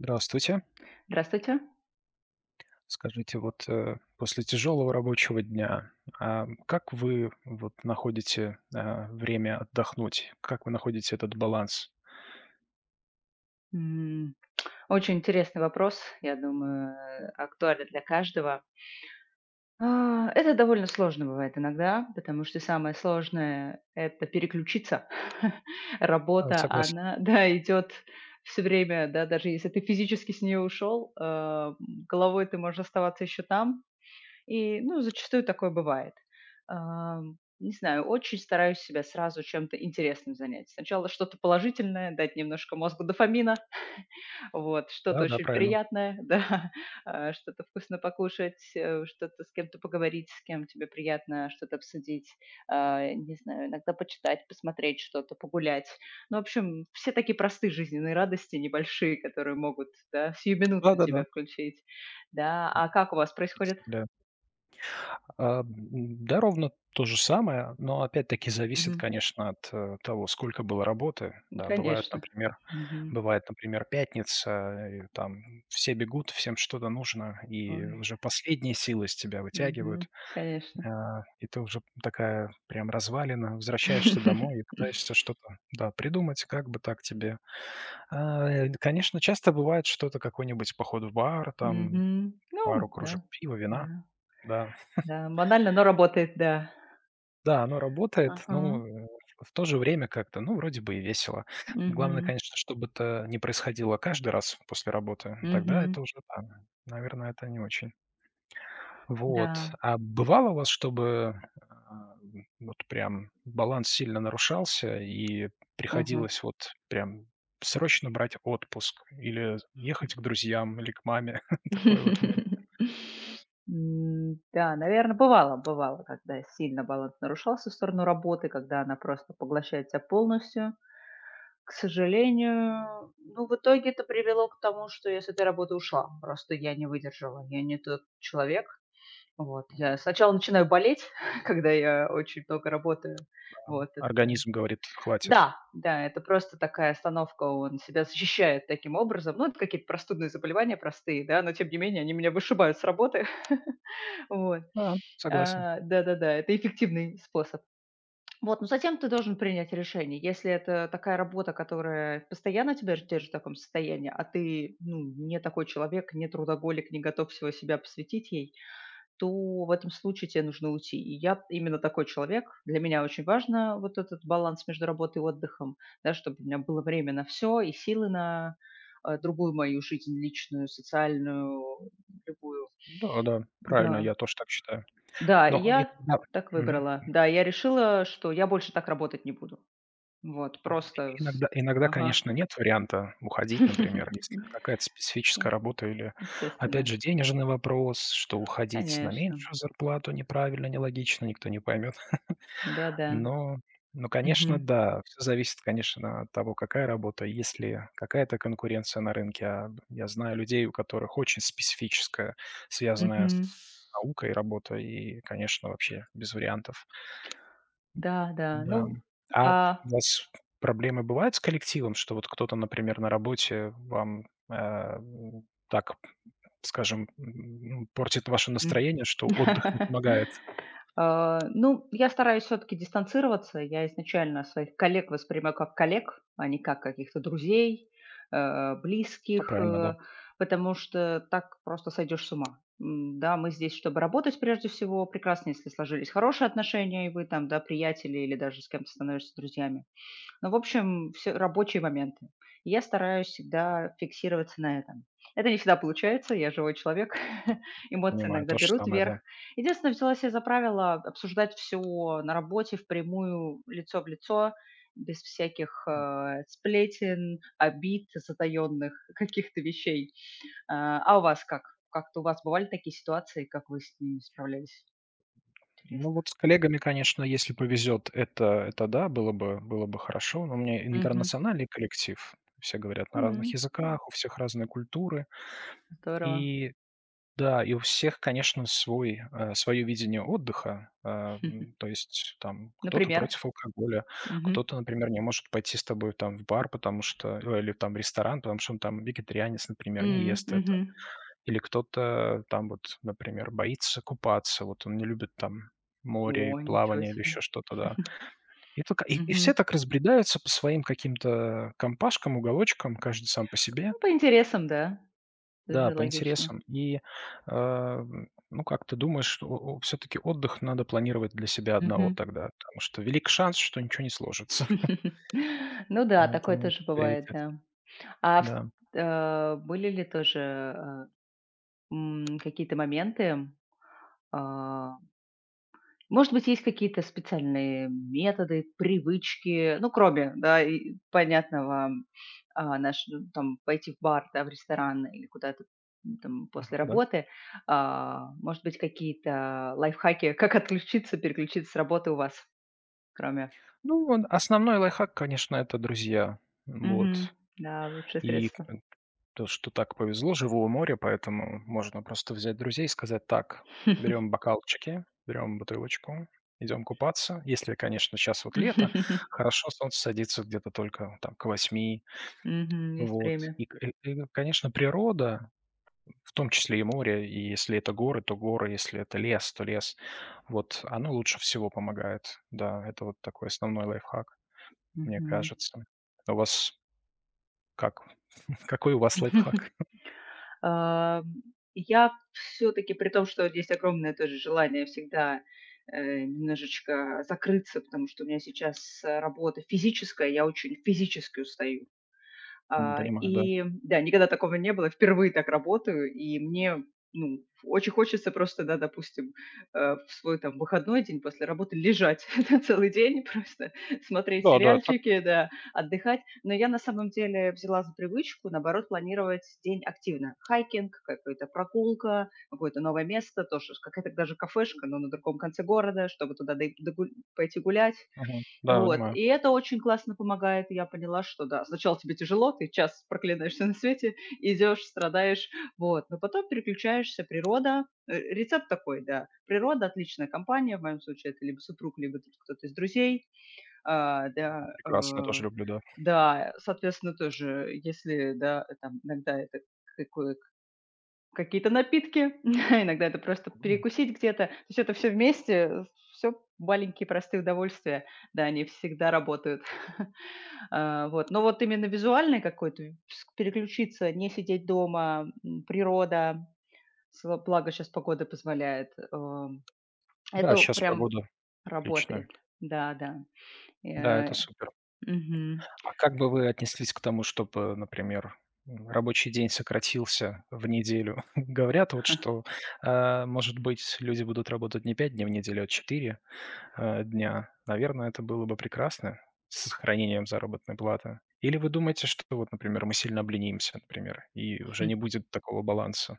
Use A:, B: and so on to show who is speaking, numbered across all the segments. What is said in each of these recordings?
A: Здравствуйте.
B: Здравствуйте.
A: Скажите, вот, после тяжелого рабочего дня, как вы вот находите, время отдохнуть? Как вы находите этот баланс?
B: М, Очень интересный вопрос, я думаю, актуален для каждого. Это довольно сложно бывает иногда, потому что самое сложное — это переключиться.
A: Да,
B: Работа,
A: согласен.
B: она, да, идет все время, да, даже если ты физически с нее ушел, головой ты можешь оставаться еще там. И, ну, зачастую такое бывает. А, Не знаю, очень стараюсь себя сразу чем-то интересным занять. Сначала что-то положительное, дать немножко мозгу дофамина. Вот, что-то
A: Да-да,
B: очень
A: правильно.
B: приятное, да, что-то вкусно покушать, что-то с кем-то поговорить, с кем тебе приятно что-то обсудить, не знаю, иногда почитать, посмотреть что-то, погулять. Ну, в общем, все такие простые жизненные радости небольшие, которые могут, да, сиюминутно
A: Да-да-да.
B: тебя включить, да. А как у вас происходит?
A: Представляю. А, м, да, ровно то же самое, но опять-таки зависит,
B: Мгм.
A: конечно, от, того, сколько было работы.
B: Ну,
A: Да, бывают,
B: конечно.
A: например
B: Мгм.
A: бывает, например, пятница, и там все бегут, всем что-то нужно, и
B: Ой,
A: уже последние силы из тебя
B: мгм.
A: вытягивают,
B: Конечно.
A: и ты уже такая прям развалина. Возвращаешься домой и пытаешься что-то, да, придумать, как бы так тебе. Конечно, часто бывает что-то, какой-нибудь поход в бар, там
B: Мгм. Ну
A: пару
B: да,
A: кружек пива, вина,
B: да,
A: да.
B: да. Банально, но работает, да.
A: Да, оно работает,
B: Ага.
A: но, в то же время как-то, ну, вроде бы и весело. Главное,
B: Мгм.
A: конечно, чтобы это не происходило каждый раз после работы. Тогда
B: Мгм.
A: это уже, да, наверное, это не очень. Вот.
B: Да.
A: А бывало у вас, чтобы, вот прям баланс сильно нарушался и
B: Мгм.
A: приходилось вот прям срочно брать отпуск или ехать к друзьям или к маме? Такой вот момент.
B: Да, наверное, бывало, когда сильно баланс нарушался в сторону работы, когда она просто поглощает тебя полностью. К сожалению, ну, в итоге это привело к тому, что я с этой работы ушла. Просто я не выдержала, я не тот человек. Вот, я
A: Мгм.
B: сначала начинаю болеть, когда я очень много работаю.
A: Да.
B: Вот это.
A: Организм говорит: "Хватит".
B: Да, да, это просто такая остановка, он себя защищает таким образом. Ну, это какие-то простудные заболевания простые, да, но тем не менее они меня вышибают с работы. Вот.
A: Да, согласен.
B: Да-да-да, это эффективный способ. Вот, но затем ты должен принять решение. Если это такая работа, которая постоянно тебя держит в таком состоянии, а ты, ну, не такой человек, не трудоголик, не готов всего себя посвятить ей, то в этом случае тебе нужно уйти. И я именно такой человек. Для меня очень важно вот этот баланс между работой и отдыхом, да, чтобы у меня было время на все и силы на, другую мою жизнь, личную, социальную, любую.
A: Да, да, правильно,
B: Да,
A: я тоже так считаю.
B: да, и
A: Но
B: я
A: иногда.
B: так
A: Мгм.
B: выбрала. Да, я решила, что я больше так работать не буду. Вот,
A: Но и
B: просто с.
A: иногда,
B: Ага.
A: конечно, нет варианта уходить, например, если какая-то
B: М,
A: специфическая работа или, опять
B: естественно.
A: же, денежный вопрос, что уходить на
B: Конечно.
A: меньшую зарплату неправильно, нелогично, никто не поймет.
B: Да-да.
A: Но но, конечно,
B: Мгм.
A: да, всё зависит, конечно, от того, какая работа. Если какая-то конкуренция на рынке, а я знаю людей, у которых очень специфическая, связанная с
B: Мгм.
A: наукой работа, и, конечно, вообще без вариантов.
B: Да, да. Ну,
A: Да. А
B: а.
A: у вас проблемы бывают с коллективом, что вот кто-то, например, на работе вам, так, скажем, портит ваше
B: М.
A: настроение, что отдых не помогает?
B: Ну, я стараюсь все таки дистанцироваться. Я изначально своих коллег воспринимаю как коллег, а не как каких-то друзей,
A: Это
B: близких,
A: правильно, да.
B: потому что так просто сойдешь с ума. Да, мы здесь, чтобы работать прежде всего. Прекрасно, если сложились хорошие отношения, и вы там, да, приятели или даже с кем-то становишься друзьями. Ну, в общем, все рабочие моменты. И я стараюсь всегда фиксироваться на этом. Это не всегда получается, я живой человек,
A: Я
B: эмоции
A: понимаю,
B: иногда
A: то же
B: берут
A: самое,
B: верх.
A: да.
B: Единственное, взяла себе за правило обсуждать все на работе впрямую, лицо в лицо, без всяких,
A: М.
B: сплетен, обид, затаённых каких-то вещей. А у вас как? Как-то у вас бывали такие ситуации, как вы с ними справлялись?
A: Ну,
B: Интересно.
A: вот с коллегами, конечно, если повезет, это да, было бы хорошо, но у меня
B: Мгм.
A: интернациональный коллектив. Все говорят на разных
B: М.
A: языках, у всех разные культуры.
B: Здорово.
A: И Да, и у всех, конечно, свое видение отдыха. То есть там кто-то
B: Например?
A: против алкоголя,
B: Мгм.
A: кто-то, например, не может пойти с тобой там в бар, или там в ресторан, потому что он там вегетарианец, например, не
B: М,
A: ест это.
B: мгм.
A: Или кто-то там вот, например, боится купаться, вот он не любит там море, и
B: О, ничего
A: плавание или
B: себе.
A: еще что-то, да. И
B: Мгм.
A: все так разбредаются по своим каким-то компашкам, уголочкам, каждый сам по себе.
B: Ну, по интересам, да,
A: Да,
B: тоже
A: по
B: логично.
A: интересам. Ну, как ты думаешь, что все-таки отдых надо планировать для себя одного
B: Мгм.
A: тогда, потому что велик шанс, что ничего не сложится.
B: Ну да, такое
A: Поэтому
B: тоже бывает,
A: приоритет.
B: да. А вс
A: Да.
B: были ли тоже, э, какие-то моменты, а Может быть, есть какие-то специальные методы, привычки, ну, кроме, да, и понятного, наш, ну, там, пойти в бар, да, в ресторан или куда-то там
A: Ага,
B: после
A: да.
B: работы. Может быть, какие-то лайфхаки, как отключиться, переключиться с работы у вас, кроме...
A: Ну, он основной лайфхак, конечно, это друзья.
B: Мгм.
A: Вот.
B: Да, лучшее
A: И к
B: средство.
A: то, что так повезло, живу у моря, поэтому можно просто взять друзей и сказать: "Так, берем бокалчики, берем бутылочку, идем купаться". Если, конечно, сейчас вот лето, хорошо солнце садится где-то только там к восьми.
B: Мгм. Есть
A: Вот.
B: время.
A: И, конечно, природа, в том числе и море, и если это горы, то горы, если это лес, то лес. Вот оно лучше всего помогает. Да, это вот такой основной лайфхак, мне
B: Мгм.
A: кажется. А у вас как? Какой у вас лайфхак?
B: Ам, я все таки при том, что есть огромное тоже желание всегда, немножечко закрыться, потому что у меня сейчас, работа физическая, я очень физически устаю.
A: Понимаю, да.
B: И да, никогда такого не было. Впервые так работаю, и мне, ну, очень хочется просто, да, допустим, в свой там выходной день после работы лежать на целый день, просто смотреть
A: Да-да, так.
B: сериальчики, да, отдыхать. Но я на самом деле взяла за привычку, наоборот, планировать день активно. Хайкинг, какая-то прогулка, какое-то новое место, тоже какая-то даже кафешка, но на другом конце города, чтобы туда пойти гулять.
A: Мгм. Да,
B: Вот,
A: понимаю.
B: и это очень классно помогает. И я поняла, что да, сначала тебе тяжело, ты час проклинаешь всё на свете, идешь, страдаешь, вот, но потом переключаешься, природа. Рецепт такой, да: природа, отличная компания, в моем случае это либо супруг, либо тут кто-то из друзей. А, да, э,
A: Прекрасно, я тоже люблю, да.
B: да, соответственно, тоже, если, да, там иногда это какое. Какие-то напитки, иногда это просто
A: М,
B: перекусить где-то. То есть это все вместе, все маленькие простые удовольствия. Да, они всегда работают. Вот. Но вот именно визуальный какой-то, с переключиться, не сидеть дома, м, природа, сла благо сейчас погода позволяет.
A: Да,
B: Это
A: сейчас
B: прям
A: погода
B: работает.
A: отличная.
B: Да, да.
A: Да, это
B: Э,
A: супер.
B: мгм.
A: А как бы вы отнеслись к тому, чтобы, например, рабочий день сократился в неделю? Говорят вот, что, может быть, люди будут работать не 5 дней в неделю, а 4 дня. Наверное, это было бы прекрасно с сохранением заработной платы. Или вы думаете, что вот, например, мы сильно обленимся, например, и уже не будет такого баланса?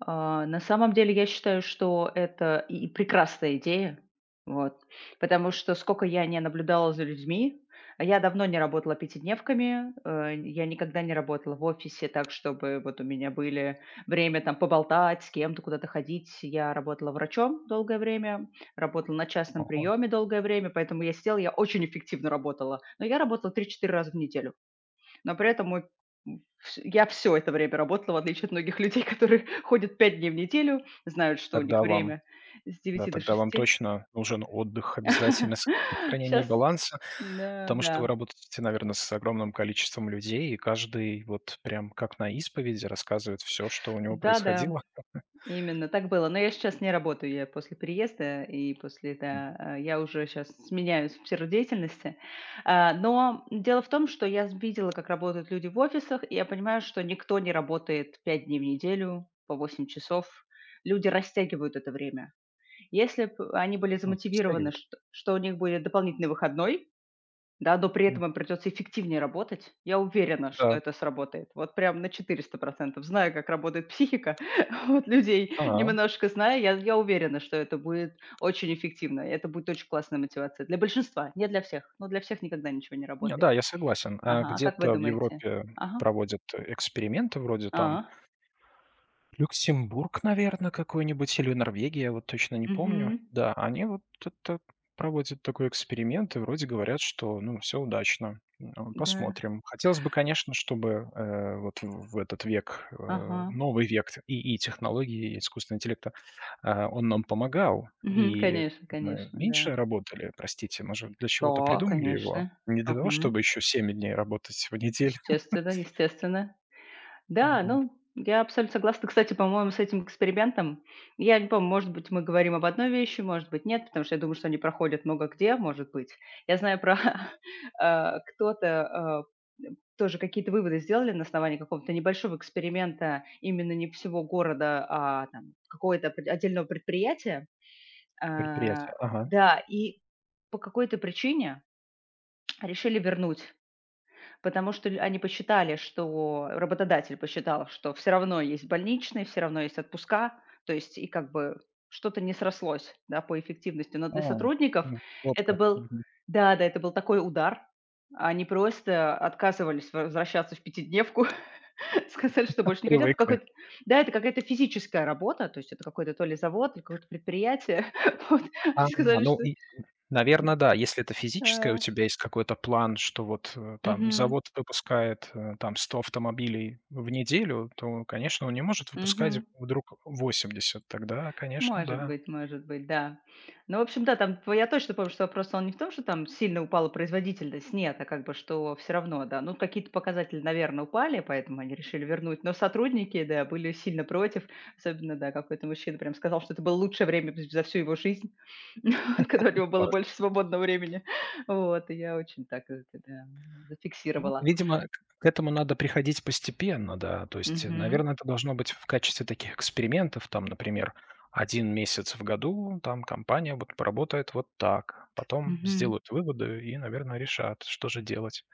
B: На самом деле я считаю, что это и прекрасная идея, вот. Потому что сколько я не наблюдала за людьми, а я давно не работала пятидневками, я никогда не работала в офисе так, чтобы вот у меня были время там поболтать, с кем-то куда-то ходить. Я работала врачом долгое время, работала на частном
A: Ага.
B: приеме долгое время, поэтому я сидела, я очень эффективно работала, но я работала три-четыре раза в неделю. Но при этом мой вс я все это время работала, в отличие от многих людей, которые ходят 5 дней в неделю, знают, что у них
A: Тогда вам
B: время с
A: Да,
B: девяти до
A: тогда вам
B: шести.
A: точно нужен отдых, обязательно с сохранение
B: Сейчас,
A: баланса,
B: да,
A: потому что вы
B: да.
A: работаете, наверное, с огромным количеством людей, и каждый вот прям как на исповеди рассказывает все, что у него происходило.
B: Да-да, именно так было. Но я сейчас не работаю, я после переезда и после,
A: Мгм.
B: да, я уже сейчас сменяюсь в сферу деятельности. Но дело в том, что я видела, как работают люди в офисах, и я понимаю, что никто не работает 5 дней в неделю по 8 часов. Люди растягивают это время. Если б они были замотивированы,
A: Стягивают.
B: что у них будет дополнительный выходной, да, но при
A: М,
B: этом им придется эффективнее работать, я уверена, что
A: да.
B: это сработает. Вот прям на 400. Знаю, как работает психика вот людей,
A: А,
B: немножко знаю, я уверена, что это будет очень эффективно. И это будет очень классная мотивация. Для большинства, не для всех. Но для всех никогда ничего не
A: Не,
B: работает.
A: да, я согласен. А
B: Ага, а как вы
A: где-то в
B: думаете?
A: Европе
B: Ага.
A: проводят эксперименты вроде там
B: А.
A: Люксембург, наверное, какой-нибудь или Норвегия, вот точно не помню.
B: Мгм.
A: Да, они вот это проводят такой эксперимент и вроде говорят, что, ну, все удачно.
B: Да.
A: Посмотрим. Хотелось бы, конечно, чтобы, вот в этот век,
B: Ага.
A: новый век и технологий и искусственного интеллекта, он нам помогал,
B: Мгм.
A: и
B: Конечно,
A: мы
B: конечно, да.
A: меньше работали, простите, мы же для чего-то
B: Да,
A: придумали его.
B: конечно.
A: Не для того,
B: Мгм.
A: чтобы еще 7 дней работать в неделю.
B: Естественно, естественно.
A: Ну
B: Да,
A: вот,
B: ну, я абсолютно согласна, кстати, по-моему, с этим экспериментом. Я не помню, может быть, мы говорим об одной вещи, может быть, нет, потому что я думаю, что они проходят много где, может быть. Я знаю про кто-то э, тоже какие-то выводы сделали на основании какого-то небольшого эксперимента именно не всего города, а там какого-то отдельного предприятия. А,
A: предприятие. Ага.
B: Да, и по какой-то причине решили вернуть. Потому что ль они посчитали, что работодатель посчитал, что все равно есть больничные, все равно есть отпуска, то есть и как бы что-то не срослось, да, по эффективности. Но
A: А,
B: для сотрудников
A: вот
B: это
A: как.
B: был.
A: Мгм.
B: Да-да, это был такой удар. Они просто отказывались возвращаться в пятидневку, сказали, что больше не хотят.
A: Привыкли.
B: Какой-то да, это какая-то физическая работа, то есть это какой-то то ли завод, то ли какое-то предприятие. Вот. Они сказали,
A: Ну
B: что,
A: и, наверно, да. Если это физическое, у
B: э
A: тебя есть какой-то план, что вот, там
B: Мгм,
A: завод выпускает, там 100 автомобилей в неделю, то, конечно, он не может выпускать
B: мгм.
A: вдруг 80. Тогда, конечно, да.
B: Может быть, да. Ну, в общем, да, там п я точно помню, что вопрос, он не в том, что там сильно упала производительность, нет, а как бы что все равно, да. Ну, какие-то показатели, наверное, упали, поэтому они решили вернуть, но сотрудники, да, были сильно против. Особенно, да, какой-то мужчина прям сказал, что это было лучшее время з за всю его жизнь, вот, когда у него было
A: Важно.
B: больше свободного времени. Вот, и я очень так это, да,
A: Ну,
B: зафиксировала.
A: видимо, к этому надо приходить постепенно, да. То есть,
B: Угу,
A: наверное, это должно быть в качестве таких экспериментов. Там, например, один месяц в году там компания вот поработает вот так, потом
B: угу,
A: сделают выводы и, наверное, решат, что же делать.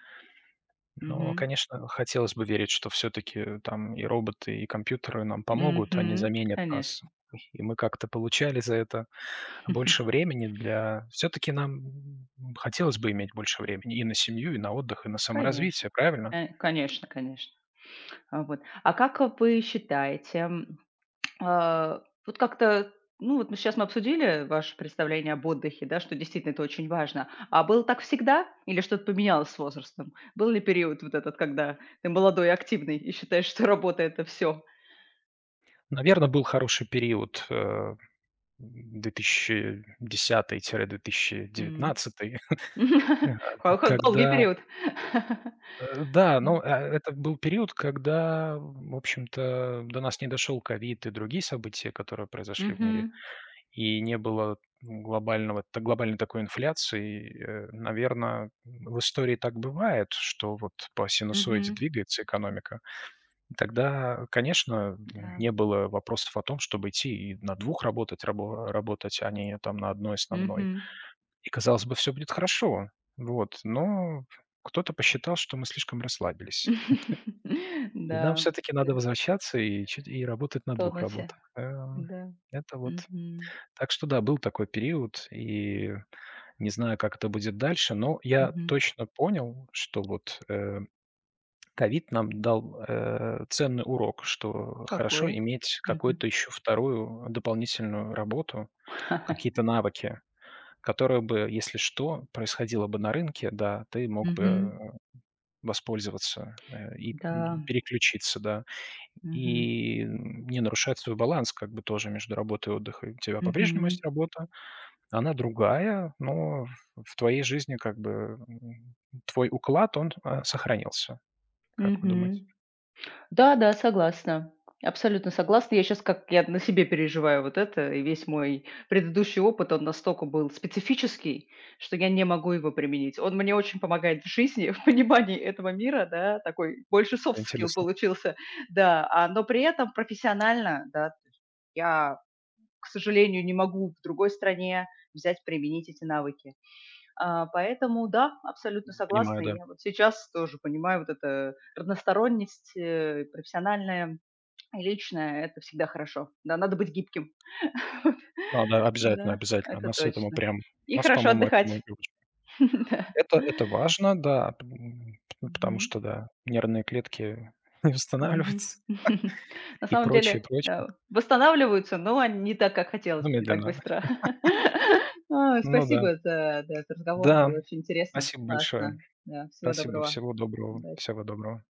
A: Но,
B: угу,
A: конечно, хотелось бы верить, что все-таки там и роботы, и компьютеры нам помогут, они
B: угу,
A: заменят нас,
B: конечно.
A: и мы как-то получали за это больше времени для... Все-таки нам хотелось бы иметь больше времени и на семью, и на отдых, и на
B: Конечно.
A: саморазвитие, правильно?
B: Конечно, конечно. Вот. Вы считаете, вот как-то, ну, вот мы сейчас мы обсудили ваше представление об отдыхе, да, что действительно это очень важно. А было так всегда или что-то поменялось с возрастом? Был ли период вот этот, когда ты молодой и активный и считаешь, что работа — это все?
A: Наверное, был хороший период э, две тысячи
B: М.
A: 2019
B: Хо хо долгий
A: когда
B: период.
A: Да,
B: Да.
A: но, это был период, когда, в общем-то, до нас не дошел ковид и другие события, которые произошли в мире,
B: Мгм.
A: и не было глобального та глобальной такой инфляции. Наверное, в истории так бывает, что вот по синусоиде
B: Мгм.
A: двигается экономика. Тогда, конечно,
B: Да.
A: не было вопросов о том, чтобы идти и на двух работать, а не там на одной основной.
B: Мгм.
A: И, казалось бы, все будет хорошо. Вот, но кто-то посчитал, что мы слишком расслабились. И нам
B: Да.
A: все таки
B: Да.
A: надо возвращаться и работать на двух работах.
B: В. Да.
A: Это вот
B: Мгм.
A: так что да, был такой период, и не знаю, как это будет дальше, но я
B: Мгм.
A: точно понял, что вот, ковид нам дал, ценный урок, что хорошо
B: Какой?
A: иметь
B: Мгм.
A: какую-то еще вторую дополнительную работу, какие-то навыки, которые бы, если что, происходило бы на рынке, да, ты мог бы,
B: Мгм.
A: воспользоваться,
B: Да.
A: переключиться, да.
B: Мгм.
A: И, не нарушать свой баланс как бы тоже между работой и отдыхом. У тебя по-прежнему
B: Мгм.
A: есть работа, она другая, но в твоей жизни как бы, м, твой уклад, он, сохранился. Как вы думаете?
B: Мгм. Да-да, согласна. Абсолютно согласна. Я сейчас как я на себе переживаю вот это, и весь мой предыдущий опыт, он настолько был специфический, что я не могу его применить. Он мне очень помогает в жизни, в понимании этого мира, да, такой больше soft
A: Это
B: skill
A: интересно.
B: получился, да, но при этом профессионально, да, то есть я к сожалению, не могу в другой стране взять, применить эти навыки. Поэтому да, абсолютно
A: Понимаю,
B: согласна. И
A: да.
B: я вот сейчас тоже понимаю, вот эта разносторонность, профессиональная и личная — это всегда хорошо. Да, надо быть гибким. Вот.
A: Да, да, обязательно,
B: Да,
A: обязательно.
B: это
A: Нас этому
B: точно.
A: прям
B: И
A: нас,
B: хорошо
A: по-моему, этому
B: отдыхать.
A: и учат.
B: Да.
A: Это важно, да, п м, п потому
B: Мгм.
A: что, да, нервные клетки не
B: Мгм.
A: восстанавливаются
B: На
A: и
B: самом
A: прочее,
B: деле,
A: прочее.
B: да, восстанавливаются, но они не так, как хотелось
A: Ну,
B: бы, не так
A: медленно.
B: быстро.
A: Ну да.
B: Спасибо за, да, этот разговор.
A: Да.
B: Было очень интересно,
A: Спасибо большое.
B: классно. Да, всего
A: Спасибо,
B: доброго.
A: всего доброго,
B: Удачи.
A: всего доброго.